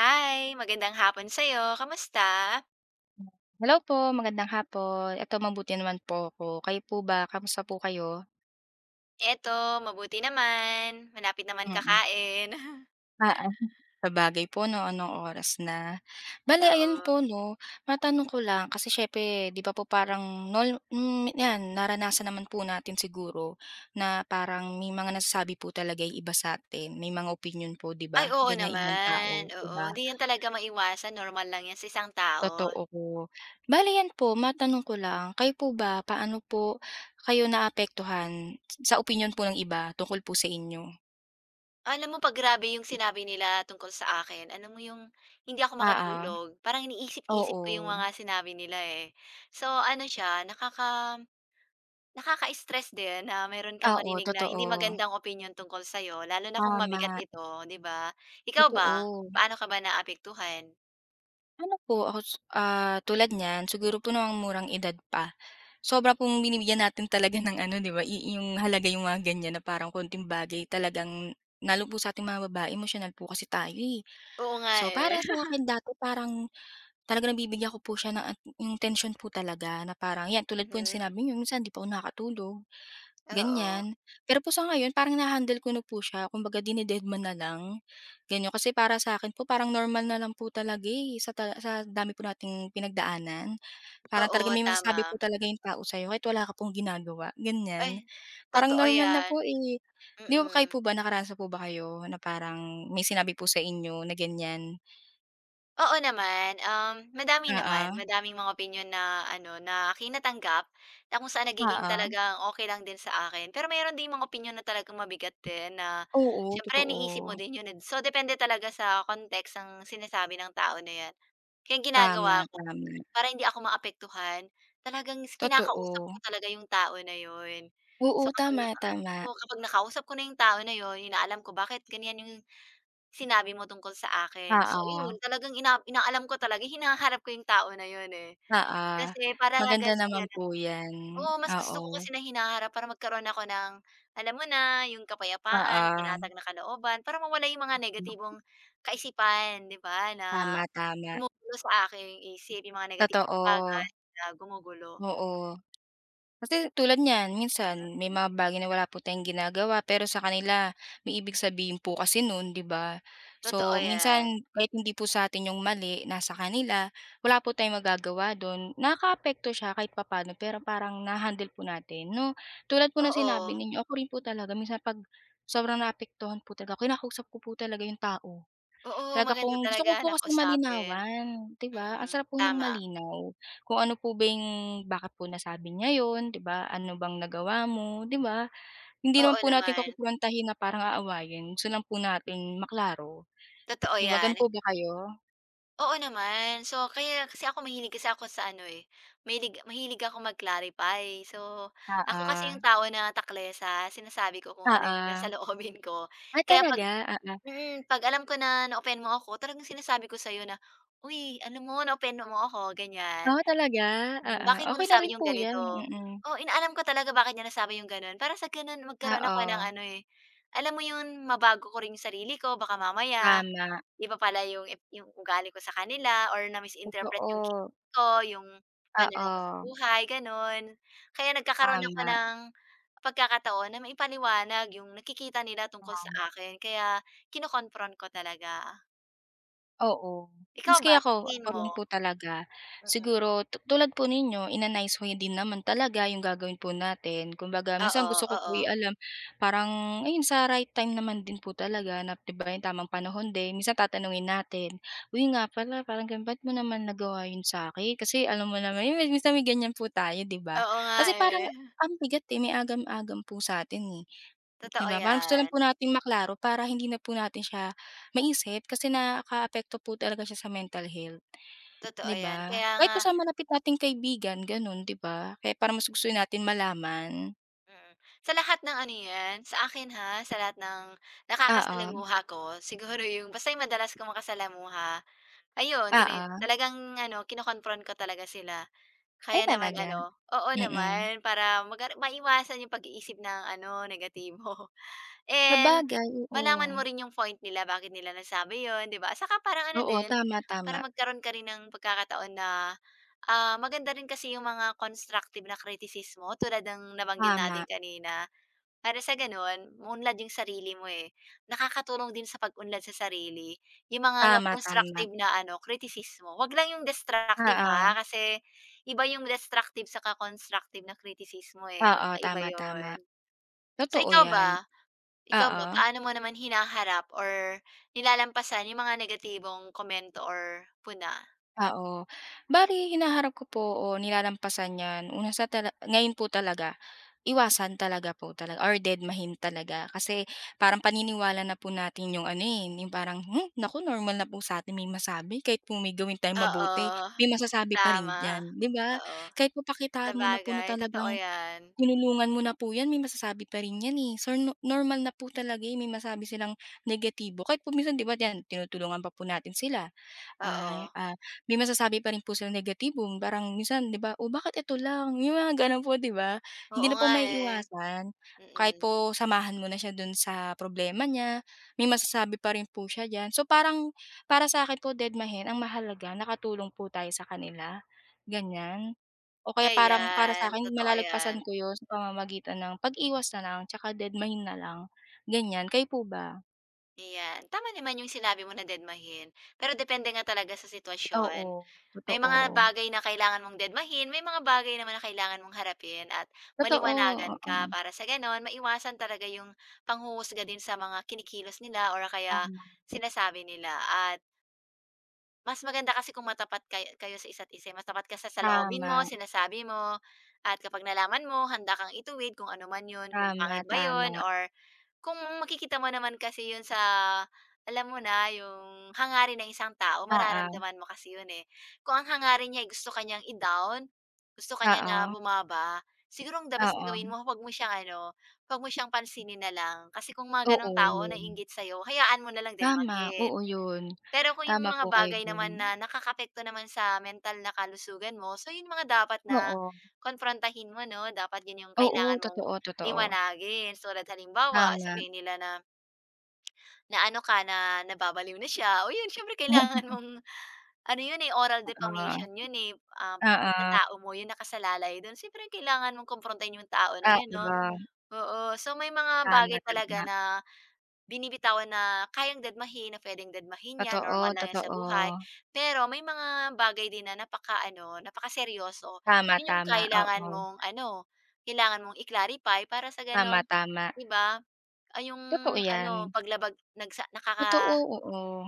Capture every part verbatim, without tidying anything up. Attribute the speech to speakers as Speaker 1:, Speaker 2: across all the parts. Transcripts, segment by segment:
Speaker 1: Hi, magandang hapon sa'yo. Kamusta?
Speaker 2: Hello po, magandang hapon. Eto mabuti naman po ako. Kayo po ba, kamusta po kayo?
Speaker 1: Eto, mabuti naman. Malapit naman
Speaker 2: Mm.
Speaker 1: kakain.
Speaker 2: Oo, sabagay po 'no, anong oras na. Bale ayun
Speaker 1: Oo.
Speaker 2: po 'no, matanong ko lang kasi siyempre 'di ba po parang nol hmm, 'yan naranasan naman po natin siguro na parang may mga nasasabi po talaga yung iba sa atin, may mga opinyon po 'di
Speaker 1: Ay,
Speaker 2: ba,
Speaker 1: oo
Speaker 2: ganiyang ibang
Speaker 1: naman.
Speaker 2: tao, 'di
Speaker 1: Oo,
Speaker 2: ba?
Speaker 1: hindi yan talaga maiwasan. Normal lang yan sa isang tao.
Speaker 2: Totoo po. Bale 'yan po, matanong ko lang, kayo po ba, paano po kayo naapektuhan sa opinyon po ng iba tungkol po sa inyo?
Speaker 1: Alam mo, 'pag grabe yung sinabi nila tungkol sa akin, alam mo yung hindi ako
Speaker 2: Oo,
Speaker 1: makatulog. Parang iniisip-isip ko yung
Speaker 2: oo.
Speaker 1: mga sinabi nila, eh. So ano siya, nakaka nakaka-stress din na meron kang
Speaker 2: Oo,
Speaker 1: marinig na hindi
Speaker 2: totoo.
Speaker 1: magandang opinyon tungkol sa'yo lalo na kung mabigat
Speaker 2: Tama,
Speaker 1: ito, 'di ba? Ikaw ba,
Speaker 2: totoo.
Speaker 1: paano ka ba naapektuhan?
Speaker 2: Ano po ako, s ah, tulad niyan siguro po no'ng murang edad pa, sobra pong binibigyan natin talaga ng ano 'di ba, i yung halaga yung mga ganyan na parang konting bagay talagang lalo po sa ating mga babae emotional po kasi tayo, eh.
Speaker 1: Oo nga,
Speaker 2: So,
Speaker 1: eh.
Speaker 2: para sa akin dati parang talagang nabibigyan ko po siya ng at yung tensyon po talaga na parang 'yan tulad po yung
Speaker 1: Mhm,
Speaker 2: sinabi niyo minsan 'di pa ako nakakatulog,
Speaker 1: oo.
Speaker 2: ganyan. Pero po sa ngayon parang naha-handle ko na po siya kumbaga dine-deadman na lang, ganyan. Kasi para sa akin po parang normal na lang po talaga, eh, sa ta sa dami po nating pinagdaanan. Parang
Speaker 1: Oo,
Speaker 2: talagang may
Speaker 1: tama.
Speaker 2: masasabi po talaga yung tao sa'yo kahit wala ka pong ginagawa,
Speaker 1: Ay,
Speaker 2: ganyan. Parang
Speaker 1: totoo
Speaker 2: normal na
Speaker 1: 'yan,
Speaker 2: po, eh. 'Di ba kayo
Speaker 1: mm.
Speaker 2: po ba nakaranas na po ba kayo na parang may sinabi po sa inyo na ganyan?
Speaker 1: Oo naman, um, madami
Speaker 2: Oo,
Speaker 1: naman, madaming mga opinyon na ano, na akinatanggap, na kung saan nagiging
Speaker 2: oo.
Speaker 1: talagang okey lang din sa akin. Pero meron ding mga opinyon na talagang mabigat din na
Speaker 2: Oo,
Speaker 1: siyempre iniisip
Speaker 2: totoo.
Speaker 1: mo din 'yun, eh. So, depende talaga sa context ng sinasabi ng tao na 'yan. Kaya ang ginagawa
Speaker 2: Tama,
Speaker 1: ko
Speaker 2: tama.
Speaker 1: para hindi ako maapektuhan, talagang is kinakausap
Speaker 2: Totoo.
Speaker 1: ko talaga yung tao na 'yun.
Speaker 2: Oo,
Speaker 1: So, kapag
Speaker 2: tama,
Speaker 1: naka
Speaker 2: tama.
Speaker 1: oo, kapag nakausap ko na yung tao na 'yun, inaalam ko bakit ganiyan yung sinabi mo tungkol sa akin. So
Speaker 2: Oo,
Speaker 1: ayun, talagang ina inaalam ko talaga, hinahanap ko yung tao na yun, eh.
Speaker 2: oo.
Speaker 1: Kasi para
Speaker 2: Maganda
Speaker 1: gan sa
Speaker 2: naman
Speaker 1: ganan
Speaker 2: po 'yan.
Speaker 1: oo, mas
Speaker 2: Oo,
Speaker 1: gusto ko kasi na hinaharap para magkaroon ako ng, alam mo na, yung kapayapaan,
Speaker 2: oo.
Speaker 1: panatag na kalooban, para mawala yung mga negatibong kaisipan, 'di ba, na
Speaker 2: Tama, tama.
Speaker 1: gumugulo sa aking isip, yung mga negatibong
Speaker 2: Totoo,
Speaker 1: bagay na gumugulo.
Speaker 2: oo. Kasi tulad niyan, minsan may mga bagay na wala po tayong ginagawa pero sa kanila may ibig sabihin po kasi nun, 'di ba?
Speaker 1: Totoo
Speaker 2: So,
Speaker 1: 'yan.
Speaker 2: minsan kahit hindi po sa sa'tin yung mali, nasa kanila, wala po tayong magagawa dun. Nakakaapekto siya kahit papaano pero parang na-handle po natin, 'no? Tulad po ng sinabi
Speaker 1: Oo,
Speaker 2: ninyo, ako rin po talaga minsan 'pag sobrang naapektuhan po talaga ako, kinakausap ko po talaga yung tao.
Speaker 1: oo,
Speaker 2: Talaga
Speaker 1: maganda
Speaker 2: kung gusto ko
Speaker 1: talaga
Speaker 2: po
Speaker 1: na
Speaker 2: kasi
Speaker 1: kausapin.
Speaker 2: malinawan, 'di ba? Ang
Speaker 1: Mm,
Speaker 2: sarap po ng
Speaker 1: tama.
Speaker 2: malinaw, kung ano po ba yung bakit po nasabi niya yon, 'di ba? Ano bang nagawa mo, 'di ba? Hindi naman
Speaker 1: Oo
Speaker 2: po natin
Speaker 1: naman,
Speaker 2: kukumprontahin na parang aawayin, gusto lang po natin maklaro,
Speaker 1: totoo
Speaker 2: 'di ba?
Speaker 1: 'yan.
Speaker 2: Gano'n po ba kayo?
Speaker 1: Oo naman. So, kaya kasi ako mahilig kasi ako sa ano, eh, mahilig mahilig ako mag-clarify. So, ako
Speaker 2: Oo,
Speaker 1: kasi yung tao na taklesa, sinasabi ko kung ano yung
Speaker 2: oo.
Speaker 1: nasa loobin ko.
Speaker 2: Ah,
Speaker 1: Kaya 'pag
Speaker 2: talaga? Oo.
Speaker 1: mm, 'pag alam ko na na-offend mo ako, talagang sinasabi ko sa'yo na, "Uy, alam mo na-offend mo ako," ganyan.
Speaker 2: Oo, talaga?
Speaker 1: "Hmm,
Speaker 2: Oo,
Speaker 1: bakit mo
Speaker 2: okey na
Speaker 1: nasabi
Speaker 2: rin
Speaker 1: yung
Speaker 2: po 'yan,
Speaker 1: ganito?"
Speaker 2: mm.
Speaker 1: Oo, inaalam ko talaga bakit niya nasabi yung gano'n. Para sa gano'n magkaroon ako ng
Speaker 2: Oo,
Speaker 1: ano, eh, alam mo yun, mabago ko rin yung sarili ko baka mamaya.
Speaker 2: tama,
Speaker 1: Iba pala yung ep yung ugali ko sa kanila or na-misinterpret yung kilos
Speaker 2: totoo.
Speaker 1: ko, yung pananaw ko sa
Speaker 2: Oo,
Speaker 1: buhay, gano'n. Kaya nagkakaroon ako
Speaker 2: tama,
Speaker 1: ng pagkakataon na maipaliwanag yung nakikita nila tungkol sa
Speaker 2: tama.
Speaker 1: akin kaya kino-confront ko talaga.
Speaker 2: Oo,
Speaker 1: Ikaw
Speaker 2: maski
Speaker 1: ba, sa
Speaker 2: ako,
Speaker 1: tingin
Speaker 2: ako
Speaker 1: mo?
Speaker 2: rin po talaga.
Speaker 1: Mm.
Speaker 2: Siguro tu tulad po ninyo in a nice way din naman talaga yung gagawin po natin. Kumbaga
Speaker 1: Oo,
Speaker 2: minsan gusto ko po
Speaker 1: oo.
Speaker 2: i-alam parang ayun sa right time naman din po talaga na 'di ba yung tamang panahon din. Minsan tatanungin natin, "Uy nga pala parang ganun, ba't mo naman nagawa yun sa akin? Kasi alam mo naman yun minsan may ganyan po tayo 'di ba?"
Speaker 1: Oo nga,
Speaker 2: Kasi
Speaker 1: eh.
Speaker 2: parang ang bigat, eh, may agam-agam po sa'tin, eh. 'Di
Speaker 1: Totoo
Speaker 2: ba, parang gusto lang
Speaker 1: 'yan,
Speaker 2: po nating maklaro para hindi na po natin siya maisip kasi nakakaapekto po talaga siya sa mental health,
Speaker 1: totoo
Speaker 2: 'di ba?
Speaker 1: 'yan. Kaya
Speaker 2: Kahit
Speaker 1: nga
Speaker 2: po sa malapit nating kaibigan gano'n, 'di ba? Kaya parang mas gusto natin malaman.
Speaker 1: mm. Sa lahat ng ano 'yan, sa akin ha, sa lahat ng
Speaker 2: Oo,
Speaker 1: nakakasalamuha ko, siguro yung basta yung madalas kong makasalamuha, ayun, tinay
Speaker 2: oo.
Speaker 1: talagang ano, kino-confront ko talaga sila.
Speaker 2: Ay
Speaker 1: Kaya naman
Speaker 2: talaga,
Speaker 1: ano oo
Speaker 2: mm.
Speaker 1: naman, para maga maiwasan yung pag-iisip ng ano, negatibo. And
Speaker 2: Sabagay, oo.
Speaker 1: malaman mo rin yung point nila, bakit nila nasabi yun, 'di ba? Saka parang ano
Speaker 2: Oo,
Speaker 1: din,
Speaker 2: tama,
Speaker 1: para
Speaker 2: tama.
Speaker 1: magkaroon ka rin ng pagkakataon na, ah, maganda rin kasi yung mga constructive na kritisismo tulad ng nabanggit natin
Speaker 2: Tama,
Speaker 1: kanina. Para sa gano'n, maunlad yung sarili mo, eh. Nakakatulong din sa pag-unlad sa sarili yung mga
Speaker 2: tama, tama.
Speaker 1: constructive na ano, kritisismo. Wag lang yung destructive,
Speaker 2: Oo,
Speaker 1: ha, kasi iba yung destructive saka constructive na kritisismo, eh,
Speaker 2: oo,
Speaker 1: magkaiba
Speaker 2: tama, tama.
Speaker 1: yon. So,
Speaker 2: Totoo
Speaker 1: ikaw
Speaker 2: 'yan,
Speaker 1: ba? Ikaw ba,
Speaker 2: oo.
Speaker 1: paano mo naman hinaharap or nilalampasan yung mga negatibong komento or puna?
Speaker 2: Oo. Bale hinaharap ko po o nilalampasan 'yan una sa tala ngayon po talaga, iwasan talaga po talaga or dedmahin talaga. Kasi parang paniniwala na po natin yung ano, eh, yung parang, "Hmm, naku normal na po sa'tin may masabi kahit po may gawin tayong
Speaker 1: Oo,
Speaker 2: mabuti, may masasabi pa rin
Speaker 1: tama.
Speaker 2: diyan." 'Di ba?
Speaker 1: Oo,
Speaker 2: Kahit papakitaan mo na po na
Speaker 1: sabagay totoo
Speaker 2: talagang
Speaker 1: yan.
Speaker 2: tinulungan mo na po 'yan, may masasabi pa rin 'yan, eh. So, no normal na po talaga, eh, may masabi silang negatibo kahit po minsan 'di ba 'yan tinutulungan pa po natin sila. Ay,
Speaker 1: Oo.
Speaker 2: ah, may masasabi pa rin po silang negatibo, parang minsan 'di ba, "Oh, bakit ito lang?" Yung mga gano'n po 'di ba?
Speaker 1: Oo
Speaker 2: Hindi na po
Speaker 1: nga, eh.
Speaker 2: maiiwasan, kahit
Speaker 1: Mm.
Speaker 2: po samahan mo na siya do'n sa problema niya, may masasabi pa rin po siya diyan. So, parang para sa'kin po dedmahin ang mahalaga nakatulong po tayo sa kanila, ganyan. O kaya parang para
Speaker 1: Ayan,
Speaker 2: sa'kin
Speaker 1: totoo 'yan.
Speaker 2: malalagpasan ko 'yun sa pamamagitan ng pag-iwas na lang tsaka dedmahin na lang, ganyan. Kayo po ba?
Speaker 1: Ayan, tama naman yung sinabi mo na dedmahin. Pero depende nga talaga sa sitwasyon.
Speaker 2: Oo,
Speaker 1: May
Speaker 2: totoo.
Speaker 1: mga bagay na kailangan mong dedmahin, may mga bagay naman na kailangan mong harapin at
Speaker 2: Totoo,
Speaker 1: maliwanagan ka
Speaker 2: oo,
Speaker 1: para sa gano'n maiwasan talaga yung panghuhusga din sa mga kinikilos nila or kaya
Speaker 2: tama.
Speaker 1: sinasabi nila at mas maganda kasi kung matapat kay kayo sa isa't isa, eh, mas tapat ka sa saloobin mo,
Speaker 2: Tama,
Speaker 1: sinasabi mo at kapag nalaman mo handa kang ituwid kung ano man yun, kung
Speaker 2: tama,
Speaker 1: pangit ba yun
Speaker 2: tama.
Speaker 1: or kung makikita mo naman kasi yun sa alam mo na yung hangarin ng isang tao
Speaker 2: Oo,
Speaker 1: mararamdaman mo kasi yun, eh. Kung ang hangarin niya ay gusto ka niyang i-down, gusto ka niya na
Speaker 2: oo,
Speaker 1: bumaba, siguro ang the best na
Speaker 2: oo.
Speaker 1: gawin mo 'wag mo siyang ano, 'wag mo siyang pansinin na lang. Kasi kung mga
Speaker 2: Oo,
Speaker 1: gano'ng tao
Speaker 2: yun.
Speaker 1: naiinggit sa'yo hayaan mo na lang din
Speaker 2: Tama, oo
Speaker 1: mahin.
Speaker 2: yun.
Speaker 1: Pero kung yung
Speaker 2: Tama
Speaker 1: mga
Speaker 2: po kayo
Speaker 1: bagay
Speaker 2: diyan.
Speaker 1: naman na nakakaapekto naman sa mental na kalusugan mo, so yun mga dapat na
Speaker 2: Oo,
Speaker 1: konfrontahin mo 'no, dapat yun yung
Speaker 2: oo,
Speaker 1: kailangan mong
Speaker 2: totoo, totoo.
Speaker 1: liwanagin. So, tulad halimbawa,
Speaker 2: Tama.
Speaker 1: sabihin nila na naano ka, na nababaliw na siya o yun siyempre kailangan mong ano yun, eh, oral defamation
Speaker 2: Oo,
Speaker 1: yun, eh, ah,
Speaker 2: oo, oo.
Speaker 1: pagkatao mo yung nakasalalay dun. Siyempre kailangan mong kumprontahin yung tao na yun 'no, oo. So, may mga
Speaker 2: Tama,
Speaker 1: bagay talaga
Speaker 2: tama.
Speaker 1: na binibitawan na kayang dadmahin na puwedeng dedmahin 'yan,
Speaker 2: Totoo,
Speaker 1: normal lang 'yan sa
Speaker 2: totoo.
Speaker 1: buhay. Pero may mga bagay din na napaka napakaano, napakaseryoso.
Speaker 2: Tama,
Speaker 1: 'Yun yung
Speaker 2: tama,
Speaker 1: kailangan
Speaker 2: oo.
Speaker 1: mong ano, kailangan mong i-clarify para sa
Speaker 2: Tama,
Speaker 1: gano'n,
Speaker 2: tama.
Speaker 1: 'di ba, ay yung
Speaker 2: Totoo
Speaker 1: ano,
Speaker 2: yan.
Speaker 1: paglabag nagsa
Speaker 2: Totoo,
Speaker 1: nakaka
Speaker 2: oo.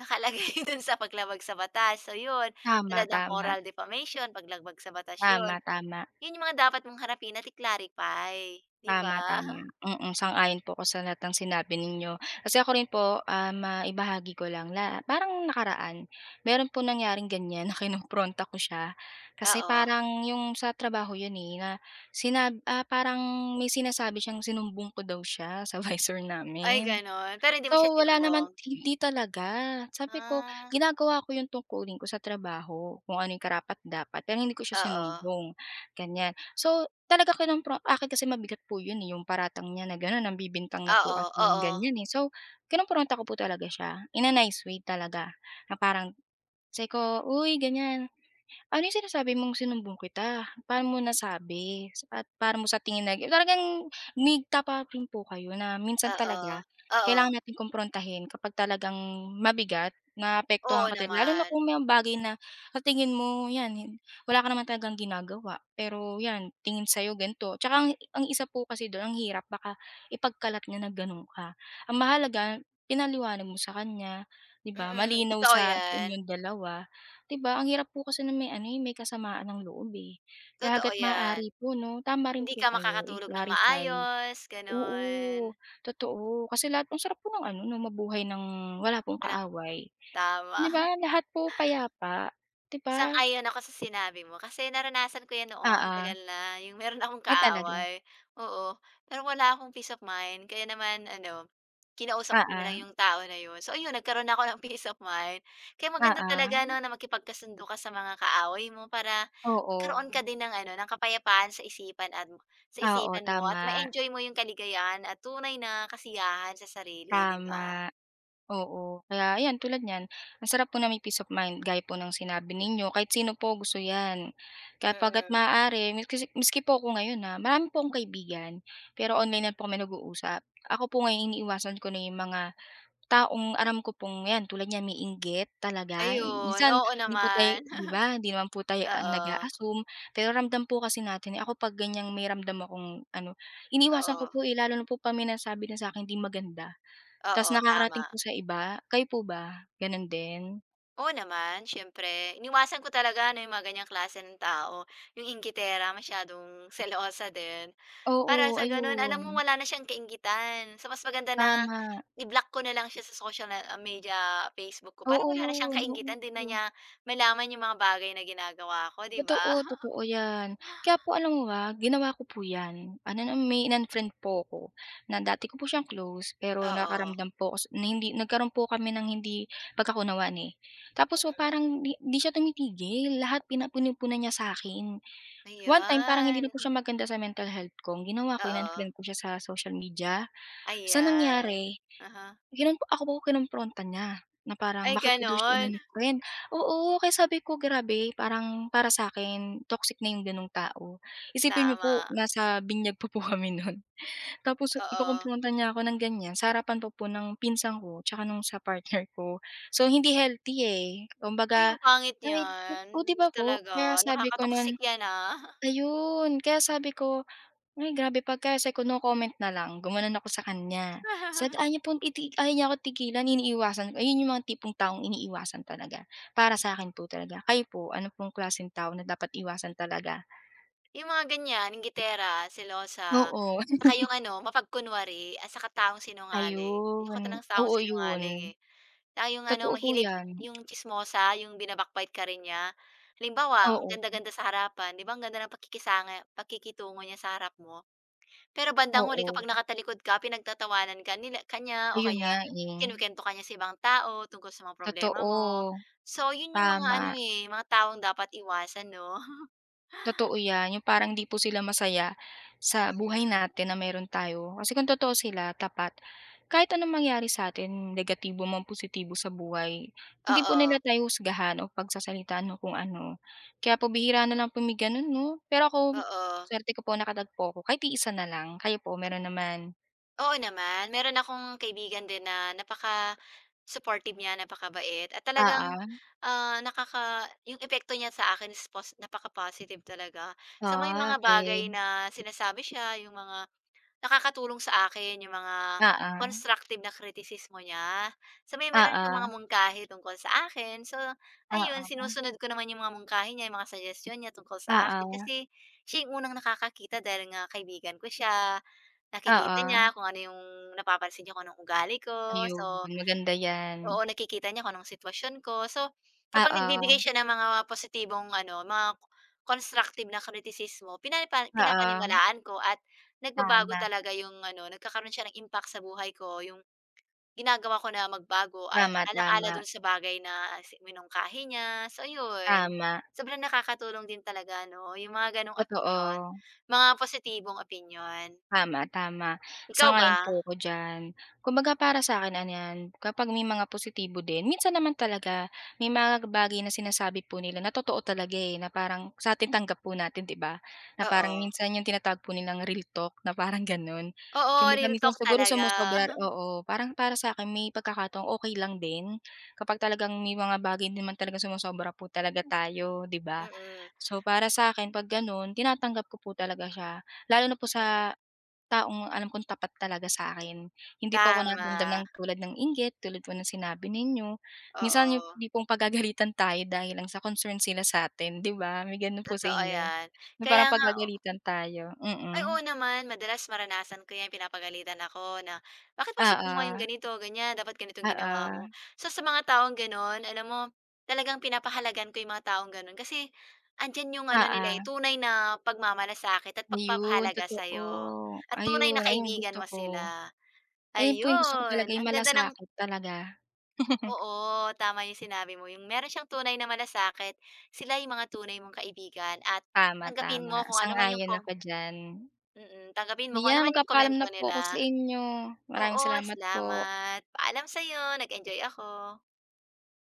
Speaker 1: nakalagay dun sa paglabag sa batas. So 'yun,
Speaker 2: Tama,
Speaker 1: talagang
Speaker 2: tama.
Speaker 1: oral defamation, paglabag sa batas 'yun.
Speaker 2: Tama, tama.
Speaker 1: 'Yun yung mga dapat mong harapin at i-clarify, 'di
Speaker 2: Tama,
Speaker 1: ba?
Speaker 2: tama. Mm, sang-ayon po ako sa lahat ng sinabi ninyo. Kasi ako rin po, ah, maibahagi ko lang la parang nakaraan, meron po nangyaring ganyan na kinompronta ko siya. Kasi
Speaker 1: Oo.
Speaker 2: parang yung sa trabaho yun, eh, na sinab ah, parang may sinasabi siyang sinumbong ko daw siya sa visor
Speaker 1: Ay
Speaker 2: namin.
Speaker 1: gano'n, pero hindi
Speaker 2: So,
Speaker 1: mo siya
Speaker 2: wala naman
Speaker 1: sinumbong?
Speaker 2: hindi talaga. Sabi ko,
Speaker 1: Ah.
Speaker 2: ginagawa ko yung tungkulin ko sa trabaho, kung ano yung karapat-dapat, pero hindi ko siya
Speaker 1: Oo,
Speaker 2: sinumbong, ganyan. So, talaga kinompro akin kasi mabigat po yun, eh, yung paratang niya na gano'n, ang bibintang na po
Speaker 1: oo,
Speaker 2: kasi yung
Speaker 1: oo,
Speaker 2: ganyan, eh. So, kinompronta ko po talaga siya, in a nice way talaga, na parang sabi ko, "Uy," ganyan. Ano yung sinasabi mong sinumbong kita? Paano mo nasabi? At paano mo sa tingin nag talagang umigta pa rin po kayo na minsan
Speaker 1: oo,
Speaker 2: talaga
Speaker 1: oo,
Speaker 2: kailangan natin kumprontahin kapag talagang mabigat, naapektuhan
Speaker 1: oo
Speaker 2: ka talaga. Lalo na
Speaker 1: naman.
Speaker 2: kung may bagay na sa tingin mo, yan, hin- wala ka naman talagang ginagawa. Pero yan, tingin sa'yo ganito. Tsaka ang, ang isa po kasi doon, ang hirap, baka ipagkalat niya na ganun ka. Ang mahalaga, pinaliwanag mo sa kanya, di ba?
Speaker 1: Mm,
Speaker 2: Malinaw
Speaker 1: totoo
Speaker 2: sa, sa
Speaker 1: yan,
Speaker 2: inyong dalawa. 'Di ba, ang hirap po kasi na may ano, eh, may kasamaan ng loob, eh. Kaya
Speaker 1: totoo
Speaker 2: hangga't
Speaker 1: yan.
Speaker 2: maaari po 'no, tama rin
Speaker 1: Hindi
Speaker 2: po
Speaker 1: ka
Speaker 2: kayo,
Speaker 1: makakatulog ng
Speaker 2: i-clarify.
Speaker 1: maayos, gano'n.
Speaker 2: Oo, totoo. Kasi lahat ang sarap po ng ano 'no, mabuhay ng wala pong
Speaker 1: Walang
Speaker 2: kaaway.
Speaker 1: tama.
Speaker 2: 'Di ba, lahat po payapa, 'di ba?
Speaker 1: Sang-ayon ako sa sinabi mo kasi naranasan ko 'yan noon
Speaker 2: Oo.
Speaker 1: matagal na, yung meron akong
Speaker 2: Ay talaga.
Speaker 1: kaaway, oo. Pero wala akong peace of mind kaya naman ano, kinausap ko na lang
Speaker 2: Oo,
Speaker 1: yung tao na yun. So ayun, nagkaroon ako ng peace of mind. Kaya maganda talaga
Speaker 2: oo.
Speaker 1: 'no na makipagkasundo ka sa mga kaaway mo para magkaroon
Speaker 2: Oo.
Speaker 1: ka din ng ano, ng kapayapaan sa isipan at sa
Speaker 2: Oo,
Speaker 1: isipan mo at
Speaker 2: tama,
Speaker 1: ma-enjoy mo yung kaligayahan at tunay na kasiyahan sa sarili, 'di ba?
Speaker 2: tama. Oo, kaya ayan tulad niyan, ang sarap po na may peace of mind gaya po ng sinabi ninyo kahit sino po gusto 'yan. Kapagka't
Speaker 1: Mm,
Speaker 2: maaari mis kasi miski po ako ngayon, ah, marami po akong kaibigan, pero online na po kami nag-uusap. Ako po ngayon iniiwasan ko na yung mga taong aram ko pong 'yan tulad niyan may inggit talaga.
Speaker 1: ayun,
Speaker 2: Minsan
Speaker 1: oo
Speaker 2: hindi po tayo
Speaker 1: naman.
Speaker 2: 'di ba, hindi naman po tayo, ah,
Speaker 1: Oo,
Speaker 2: nag-a-assume, pero ramdam po kasi natin, eh. Ako 'pag ganiyang may ramdam akong ano, iniwasan ko
Speaker 1: oo.
Speaker 2: po, eh, lalo na po 'pag may nasabi na sa'kin hindi maganda. Tas
Speaker 1: Oo, tama.
Speaker 2: nakakarating po sa iba. Kayo po ba, gano'n din?
Speaker 1: Oo naman, siyempre. Iniwasan ko talaga ano, yung mga ganyang klase ng tao, yung inggitera, masyadong selosa din.
Speaker 2: Oo,
Speaker 1: Para sa gano'n, alam
Speaker 2: ayun,
Speaker 1: mo wala na siyang kainggitan. So, mas maganda na
Speaker 2: tama.
Speaker 1: i-block ko na lang siya sa social na ah, media, Facebook ko para
Speaker 2: Oo,
Speaker 1: wala na siyang
Speaker 2: 'yun,
Speaker 1: kainggitan, 'di na
Speaker 2: oo.
Speaker 1: niya malaman yung mga bagay na ginagawa ko, 'di ba?
Speaker 2: Totoo, totoo 'yan. Kaya po alam mo ba, ginawa ko po 'yan. Ano na may in-unfriend po ako, na dati ko po siyang close, pero
Speaker 1: Oo,
Speaker 2: nakaramdam po ako s- na hindi nagkaroon po kami ng hindi pagkakaunawaan, eh. Tapos po parang di di siya tumitigil, lahat pina pinupuna niya sa akin. One time parang hindi
Speaker 1: ayan.
Speaker 2: na po siya maganda sa mental health ko, ang ginawa ko
Speaker 1: Oo,
Speaker 2: in-unfriend ko siya sa social media. Sa
Speaker 1: ayan.
Speaker 2: nangyari
Speaker 1: Aha.
Speaker 2: Kinom Ako po kinompronta niya, na parang
Speaker 1: Ay
Speaker 2: bakit ko daw siya
Speaker 1: gano'n?
Speaker 2: in-unfriend. Oo, kaya sabi ko grabe parang para sa'kin toxic na yung ganong tao. Isipin niyo po
Speaker 1: Tama,
Speaker 2: nasa binyag pa po kami nun, tapos
Speaker 1: oo.
Speaker 2: ikukumpronta niya ako ng ganyan sa harapan pa po ng pinsan ko tsaka nung sa partner ko. So hindi healthy, eh,
Speaker 1: Uy, ang
Speaker 2: kumbaga
Speaker 1: pangit
Speaker 2: ay,
Speaker 1: niyan.
Speaker 2: oh, 'di
Speaker 1: Hindi
Speaker 2: ba po?
Speaker 1: talaga,
Speaker 2: Kaya sabi ko nun
Speaker 1: nakaka-toxic yan, ah.
Speaker 2: ayun, kaya sabi ko ay grabe pagka sa kino-comment na lang gumanon ako sa kanya. Sabi ayaw niya pong iti ayaw niya akong tigilan iniiwasan ko ayun yung mga tipong taong iniiwasan talaga, para sa'kin po talaga. Kayo po ano pong klaseng tao na dapat iwasan talaga?
Speaker 1: Yung mga ganyan, inggitera, selosa,
Speaker 2: Oo,
Speaker 1: tsaka yung ano, mapagkunwari at saka taong sinungaling. Ayoko
Speaker 2: ayun.
Speaker 1: talagang taong
Speaker 2: Oo yun,
Speaker 1: sinungaling, eh. Tsaka yung ano,
Speaker 2: totoo po
Speaker 1: mahilig
Speaker 2: yan.
Speaker 1: yung tsismosa, yung binabakbite ka rin niya. Halimbawa, ang
Speaker 2: Oo,
Speaker 1: ganda-ganda sa harapan, 'di ba ang ganda ng pakikisanga pakikitungo niya sa harap mo? Pero bandang huli kapag
Speaker 2: oo,
Speaker 1: nakatalikod ka, pinagtatawanan ka nila kanya o
Speaker 2: ayun nga
Speaker 1: kaya
Speaker 2: eh,
Speaker 1: kinukuwento ka niya sa ibang tao tungkol sa mga problema mo.
Speaker 2: totoo,
Speaker 1: So, yun yung mga ano,
Speaker 2: tama.
Speaker 1: eh, mga taong dapat iwasan 'no?
Speaker 2: Totoo 'yan, yung parang hindi po sila masaya sa buhay
Speaker 1: Mm.
Speaker 2: natin na meron tayo. Kasi kung totoo sila, tapat, kahit anong mangyari sa'tin, negatibo man, positibo sa buhay, hindi po nila
Speaker 1: Oo,
Speaker 2: tayo husgahan o pagsasalitaan o kung ano. Kaya po bihira na lang po may gano'n 'no? Pero ako,
Speaker 1: oo.
Speaker 2: swerte ko po nakatagpo ako kahit isa na lang. Kayo po, meron naman?
Speaker 1: Oo naman, meron akong kaibigan din na napaka-supportive niya, napakabait at talagang,
Speaker 2: Oo.
Speaker 1: ah, nakaka yung epekto niya sa akin is pos napaka-positive talaga. So, may
Speaker 2: Ah,
Speaker 1: mga bagay
Speaker 2: okey.
Speaker 1: na sinasabi siya, yung mga nakakatulong sa akin yung mga
Speaker 2: Oo,
Speaker 1: constructive na kritisismo niya. So, may meron siyang mga
Speaker 2: oo,
Speaker 1: mungkahi tungkol sa akin. So, ayun
Speaker 2: oo,
Speaker 1: sinusunod ko naman yung mga mungkahi niya, yung mga suggestion niya tungkol sa akin
Speaker 2: oo,
Speaker 1: kasi siya yung unang nakakakita dahil nga kaibigan ko siya. Nakikita
Speaker 2: oo.
Speaker 1: niya kung ano yung napapansin niya kung anong ugali ko.
Speaker 2: Ayun,
Speaker 1: So
Speaker 2: maganda 'yan.
Speaker 1: oo, nakikita niya kung anong sitwasyon ko. So, kapag nagbibigay siya
Speaker 2: Oo,
Speaker 1: ng mga positibong ano, mga k- constructive na kritisismo, pinapa
Speaker 2: oo.
Speaker 1: pinapaniwalaan ko at nagbabago
Speaker 2: Tama,
Speaker 1: talaga yung ano, nagkakaroon siya ng impact sa buhay ko, yung ginagawa ko na magbago a
Speaker 2: tama,
Speaker 1: alang-ala
Speaker 2: tama,
Speaker 1: dun sa bagay na si minungkahi niya. So yun,
Speaker 2: tama,
Speaker 1: sobrang nakakatulong din talaga 'no, yung mga ganong opinyon,
Speaker 2: totoo.
Speaker 1: mga positibong opinyon.
Speaker 2: Tama, tama.
Speaker 1: Ikaw ba?
Speaker 2: Sang-ayon po ako diyan. Kumbaga para sa akin ano 'yan, kapag may mga positibo din, minsan naman talaga may mga bagay na sinasabi po nila na totoo talaga, eh, na parang sa sa'tin tanggap po natin, 'di ba? Na parang
Speaker 1: Oo.
Speaker 2: minsan yung tinatawag po nilang real talk na parang gano'n.
Speaker 1: Oo,
Speaker 2: Kumbaga
Speaker 1: real
Speaker 2: minsan
Speaker 1: talk
Speaker 2: siguro
Speaker 1: talaga.
Speaker 2: sumosobra oo, parang para sa'kin may pagkakataong okey lang din, kapag talagang may mga bagay din naman talagang sumosobra po talaga tayo, 'di ba?
Speaker 1: Mm,
Speaker 2: So, para sa'kin 'pag gano'n, tinatanggap ko po talaga siya, lalo na po
Speaker 1: mm.
Speaker 2: sa taong alam kong tapat talaga sa akin. Hindi po ako
Speaker 1: Tama,
Speaker 2: nakaramdam ng tulad ng inggit, tulad po ng sinabi ninyo. Minsan yung
Speaker 1: oo.
Speaker 2: tipong pagagalitan tayo dahil lang sa concern sila sa atin 'di ba? May gano'n po sa
Speaker 1: Totoo
Speaker 2: inyo?
Speaker 1: 'yan.
Speaker 2: Yung
Speaker 1: Kaya
Speaker 2: parang
Speaker 1: nga
Speaker 2: pagagalitan tayo,
Speaker 1: ay,
Speaker 2: mm.
Speaker 1: oo naman. Madalas maranasan ko 'yan, pinapagalitan ako na, "Bakit mo kasi ginawa yung
Speaker 2: Oo,
Speaker 1: ganito, ganyan, dapat ganitong ginawa mo."
Speaker 2: oo,
Speaker 1: So, sa mga taong gano'n, alam mo, talagang pinapahalagan ko yung mga taong gano'n kasi andiyan yung ano nila,
Speaker 2: oo.
Speaker 1: eh, tunay na pagmamalasakit at
Speaker 2: Ayun,
Speaker 1: pagpapahalaga
Speaker 2: totoo.
Speaker 1: sa'yo at tunay
Speaker 2: Ayun,
Speaker 1: na
Speaker 2: ayun yung
Speaker 1: kaibigan
Speaker 2: gusto
Speaker 1: mo
Speaker 2: ko.
Speaker 1: sila.
Speaker 2: Ayun po yung gusto ko talaga,
Speaker 1: Ayun,
Speaker 2: yung
Speaker 1: ang ganda ng
Speaker 2: malasakit talaga.
Speaker 1: oo, tama yung sinabi mo, yung meron siyang tunay na malasakit, sila yung mga tunay mong kaibigan at
Speaker 2: Tama,
Speaker 1: tanggapin
Speaker 2: tama.
Speaker 1: mo kung ano man yung
Speaker 2: Sang-ayon
Speaker 1: kom
Speaker 2: ako diyan.
Speaker 1: mm, tanggapin mo kung ano
Speaker 2: Ayan,
Speaker 1: man yung
Speaker 2: magpapaalam
Speaker 1: komento
Speaker 2: na po ako sa
Speaker 1: nila.
Speaker 2: inyo. Maraming
Speaker 1: Oo,
Speaker 2: salamat po.
Speaker 1: salamat. Paalam sa'yo, nag-enjoy ako.